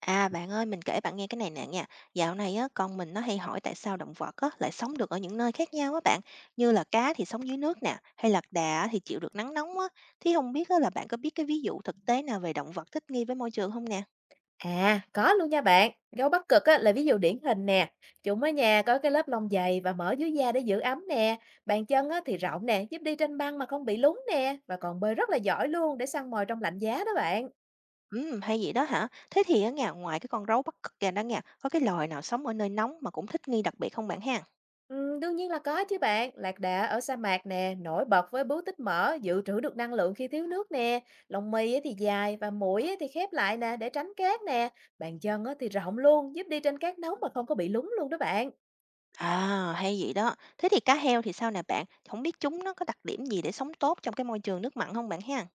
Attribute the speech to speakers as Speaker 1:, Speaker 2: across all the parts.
Speaker 1: À bạn ơi, mình kể bạn nghe cái này nè nha. Dạo này á, con mình nó hay hỏi tại sao động vật á, lại sống được ở những nơi khác nhau á bạn. Như là cá thì sống dưới nước nè, hay lạc đà á thì chịu được nắng nóng á. Thì không biết á, là bạn có biết cái ví dụ thực tế nào về động vật thích nghi với môi trường không nè?
Speaker 2: À, có luôn nha bạn. Gấu Bắc Cực á, là ví dụ điển hình nè. Chúng ở nhà có cái lớp lông dày và mỡ dưới da để giữ ấm nè. Bàn chân á, thì rộng nè, giúp đi trên băng mà không bị lún nè. Và còn bơi rất là giỏi luôn để săn mồi trong lạnh giá đó bạn.
Speaker 1: Ừ, hay vậy đó hả? Thế thì á, nha, ngoài cái con gấu Bắc Cực kìa đó nha, có cái loài nào sống ở nơi nóng mà cũng thích nghi đặc biệt không bạn ha?
Speaker 2: Ừ, đương nhiên là có chứ bạn. Lạc đà ở sa mạc nè, nổi bật với bướu tích mỡ, dự trữ được năng lượng khi thiếu nước nè. Lông mi á, thì dài và mũi á, thì khép lại nè để tránh cát nè. Bàn chân á, thì rộng luôn, giúp đi trên cát nóng mà không có bị lún luôn đó bạn.
Speaker 1: À, hay vậy đó. Thế thì cá heo thì sao nè bạn? Không biết chúng nó có đặc điểm gì để sống tốt trong cái môi trường nước mặn không bạn ha?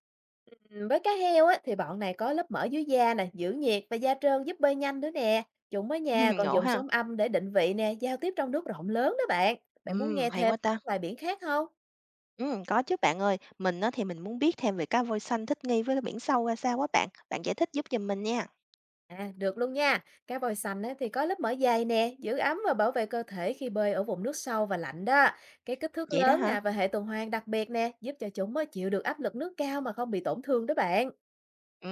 Speaker 2: Với cá heo á, thì bọn này có lớp mỡ dưới da nè, giữ nhiệt và da trơn giúp bơi nhanh nữa nè. Chúng ở nhà còn
Speaker 1: ngộ
Speaker 2: dùng
Speaker 1: ha.
Speaker 2: sóng âm để định vị nè, giao tiếp trong nước rộng lớn đó bạn. Bạn muốn
Speaker 1: Ừ,
Speaker 2: nghe
Speaker 1: hay
Speaker 2: thêm
Speaker 1: quá ta.
Speaker 2: các loài biển khác không?
Speaker 1: Ừ, có chứ bạn ơi. Mình á thì mình muốn biết thêm về cá voi xanh thích nghi với biển sâu ra sao quá bạn. Bạn giải thích giúp giùm mình nha.
Speaker 2: À, được luôn nha. Cá voi xanh á, thì có lớp mỡ dày nè, giữ ấm và bảo vệ cơ thể khi bơi ở vùng nước sâu và lạnh đó. Cái kích thước
Speaker 1: Vậy đó
Speaker 2: lớn
Speaker 1: hả?
Speaker 2: nè và hệ tuần hoàn đặc biệt nè, giúp cho chúng mới chịu được áp lực nước cao mà không bị tổn thương đó bạn.
Speaker 1: Ừ,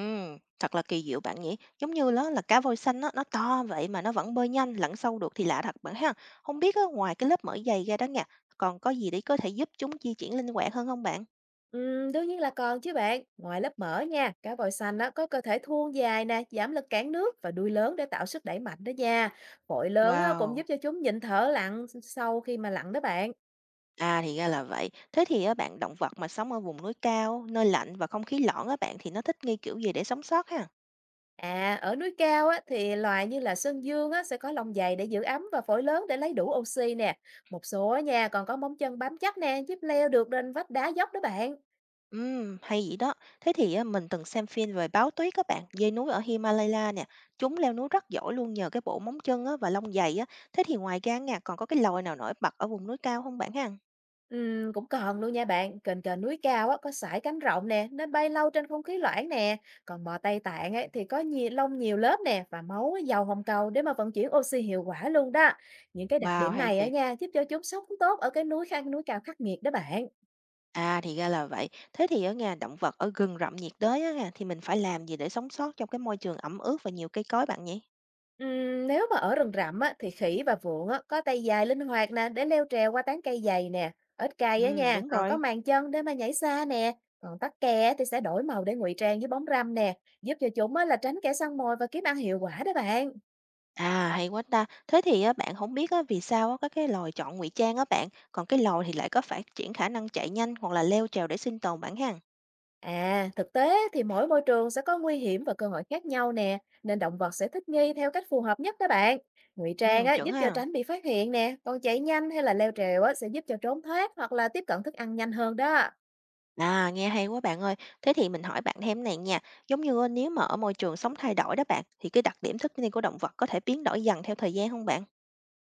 Speaker 1: thật là kỳ diệu bạn nhỉ. Giống như đó là cá voi xanh á, nó to vậy mà nó vẫn bơi nhanh, lặn sâu được thì lạ thật bạn ha. Không biết á, ngoài cái lớp mỡ dày ra đó nha, còn có gì để có thể giúp chúng di chuyển linh hoạt hơn không bạn?
Speaker 2: Đương nhiên là còn chứ bạn. Ngoài lớp mỡ nha, cá voi xanh á, có cơ thể thon dài nè, giảm lực cản nước và đuôi lớn để tạo sức đẩy mạnh đó nha. Phổi lớn á, cũng giúp
Speaker 1: Wow,
Speaker 2: cho chúng nhịn thở sau khi mà lặn đó bạn.
Speaker 1: à thì ra là vậy. Thế thì á, bạn động vật mà sống ở vùng núi cao, nơi lạnh và không khí lõn á bạn thì nó thích nghi kiểu gì để sống sót ha?
Speaker 2: À, ở núi cao á, thì loài như là sơn dương á, sẽ có lông dày để giữ ấm và phổi lớn để lấy đủ oxy nè. Một số á nha còn có móng chân bám chắc nè, giúp leo được lên vách đá dốc đó bạn.
Speaker 1: Hay vậy đó. Thế thì á, mình từng xem phim về báo tuyết các bạn, dê núi ở Himalaya nè. Chúng leo núi rất giỏi luôn nhờ cái bộ móng chân á, và lông dày á. Thế thì ngoài ra nha, còn có cái loài nào nổi bật ở vùng núi cao không bạn ha?
Speaker 2: Cũng còn luôn nha bạn, kền kền núi cao á, có sải cánh rộng nè, nên bay lâu trên không khí loãng nè. Còn mò Tây Tạng ấy, thì có nhiều nhiều lớp nè và máu giàu hồng cầu để mà vận chuyển oxy hiệu quả luôn đó. Những cái đặc
Speaker 1: Wow,
Speaker 2: điểm
Speaker 1: hay
Speaker 2: này á
Speaker 1: thiệt.
Speaker 2: nha, giúp cho chúng sống tốt ở cái núi cao khắc nghiệt đó bạn.
Speaker 1: À thì ra là vậy. Thế thì ở nhà động vật ở rừng rậm nhiệt đới á, nha, thì mình phải làm gì để sống sót trong cái môi trường ẩm ướt và nhiều cây cối bạn nhỉ?
Speaker 2: Nếu mà ở rừng rậm á, thì khỉ và vượn á, có tay dài linh hoạt nè để leo trèo qua tán cây dày nè. Ếch cay á nha,
Speaker 1: Đúng
Speaker 2: còn có
Speaker 1: rồi.
Speaker 2: màng chân để mà nhảy xa nè. Còn tắc kè á, thì sẽ đổi màu để ngụy trang với bóng râm nè, giúp cho chúng á, là tránh kẻ săn mồi và kiếm ăn hiệu quả đó bạn.
Speaker 1: À hay quá ta. Thế thì á, bạn không biết á, vì sao á, các cái loài chọn ngụy trang á bạn, còn cái loài thì lại có phát triển khả năng chạy nhanh hoặc là leo trèo để sinh tồn bạn ha.
Speaker 2: À, thực tế thì mỗi môi trường sẽ có nguy hiểm và cơ hội khác nhau nè, nên động vật sẽ thích nghi theo cách phù hợp nhất đó bạn. Ngụy trang á, giúp
Speaker 1: Chuẩn
Speaker 2: cho
Speaker 1: ha.
Speaker 2: tránh bị phát hiện nè, còn chạy nhanh hay là leo trèo á, sẽ giúp cho trốn thoát hoặc là tiếp cận thức ăn nhanh hơn đó.
Speaker 1: À, nghe hay quá bạn ơi. Thế thì mình hỏi bạn thêm này nha, giống như á, nếu mà ở môi trường sống thay đổi đó bạn, thì cái đặc điểm thích nghi của động vật có thể biến đổi dần theo thời gian không bạn?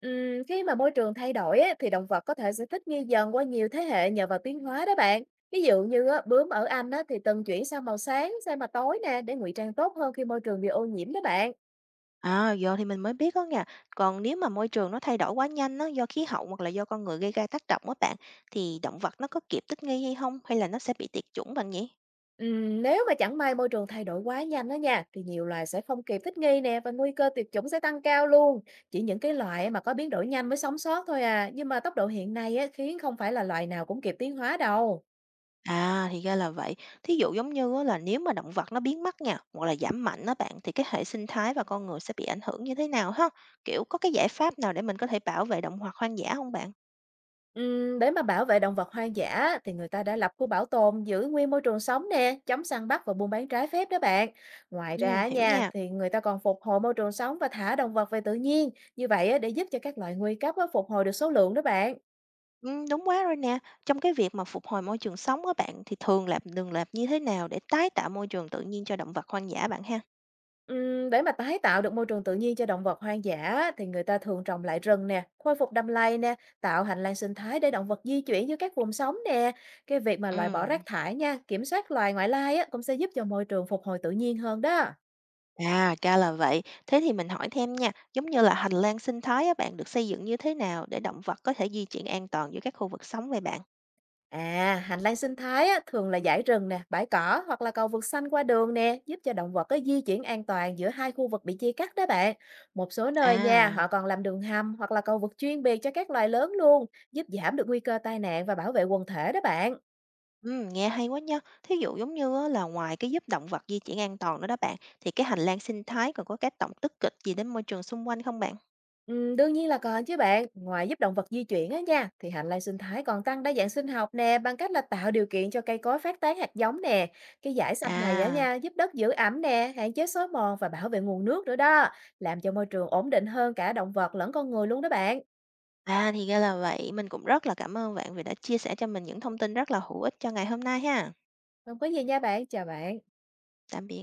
Speaker 2: Khi mà môi trường thay đổi á thì động vật có thể sẽ thích nghi dần qua nhiều thế hệ nhờ vào tiến hóa đó bạn. Ví dụ như á, bướm ở Anh á, thì từng chuyển sang màu sáng, sang màu tối nè để ngụy trang tốt hơn khi môi trường bị ô nhiễm đó bạn.
Speaker 1: À, giờ thì mình mới biết đó nha. Còn nếu mà môi trường nó thay đổi quá nhanh đó do khí hậu hoặc là do con người gây ra tác động đó bạn, thì động vật nó có kịp thích nghi hay không, hay là nó sẽ bị tuyệt chủng bạn nhỉ?
Speaker 2: Nếu mà chẳng may môi trường thay đổi quá nhanh đó nha thì nhiều loài sẽ không kịp thích nghi nè và nguy cơ tuyệt chủng sẽ tăng cao luôn. Chỉ những cái loài mà có biến đổi nhanh mới sống sót thôi à. Nhưng mà tốc độ hiện nay á, khiến không phải là loài nào cũng kịp tiến hóa đâu.
Speaker 1: À, thì ra là vậy. Thí dụ giống như á là nếu mà động vật nó biến mất nha, hoặc là giảm mạnh đó bạn, thì cái hệ sinh thái và con người sẽ bị ảnh hưởng như thế nào ha? Kiểu có cái giải pháp nào để mình có thể bảo vệ động vật hoang dã không bạn?
Speaker 2: Để mà bảo vệ động vật hoang dã thì người ta đã lập khu bảo tồn giữ nguyên môi trường sống nè, chống săn bắt và buôn bán trái phép đó bạn. Ngoài ra
Speaker 1: Hiểu
Speaker 2: nha,
Speaker 1: nha.
Speaker 2: thì người ta còn phục hồi môi trường sống và thả động vật về tự nhiên. Như vậy á, để giúp cho các loài nguy cấp á, phục hồi được số lượng đó bạn.
Speaker 1: Đúng quá rồi nè. Trong cái việc mà phục hồi môi trường sống á bạn, thì thường làm đường làm như thế nào để tái tạo môi trường tự nhiên cho động vật hoang dã bạn ha?
Speaker 2: Để mà tái tạo được môi trường tự nhiên cho động vật hoang dã thì người ta thường trồng lại rừng nè, khôi phục đầm lầy nè, tạo hành lang sinh thái để động vật di chuyển giữa các vùng sống nè. Cái việc mà loại bỏ rác
Speaker 1: Ừm,
Speaker 2: thải nha, kiểm soát loài ngoại lai á, cũng sẽ giúp cho môi trường phục hồi tự nhiên hơn đó.
Speaker 1: À, ra là vậy. Thế thì mình hỏi thêm nha, giống như là hành lang sinh thái á bạn được xây dựng như thế nào để động vật có thể di chuyển an toàn giữa các khu vực sống vậy bạn?
Speaker 2: À, hành lang sinh thái á, thường là dãy rừng nè, bãi cỏ hoặc là cầu vượt xanh qua đường nè, giúp cho động vật có di chuyển an toàn giữa hai khu vực bị chia cắt đó bạn. Một số nơi nha,
Speaker 1: À.
Speaker 2: họ còn làm đường hầm hoặc là cầu vượt chuyên biệt cho các loài lớn luôn, giúp giảm được nguy cơ tai nạn và bảo vệ quần thể đó bạn.
Speaker 1: Nghe hay quá nha. Thí dụ giống như á, là ngoài cái giúp động vật di chuyển an toàn nữa đó bạn, thì cái hành lang sinh thái còn có cái tác động tích cực gì đến môi trường xung quanh không bạn?
Speaker 2: Đương nhiên là còn chứ bạn. Ngoài giúp động vật di chuyển á nha, thì hành lang sinh thái còn tăng đa dạng sinh học nè, bằng cách là tạo điều kiện cho cây cối phát tán hạt giống nè. Cái giải xanh này á
Speaker 1: À,
Speaker 2: nha, giúp đất giữ ẩm nè, hạn chế xói mòn và bảo vệ nguồn nước nữa đó, làm cho môi trường ổn định hơn cả động vật lẫn con người luôn đó bạn.
Speaker 1: à thì ra là vậy. Mình cũng rất là cảm ơn bạn vì đã chia sẻ cho mình những thông tin rất là hữu ích cho ngày hôm nay ha.
Speaker 2: Không có gì nha bạn, chào bạn.
Speaker 1: Tạm biệt.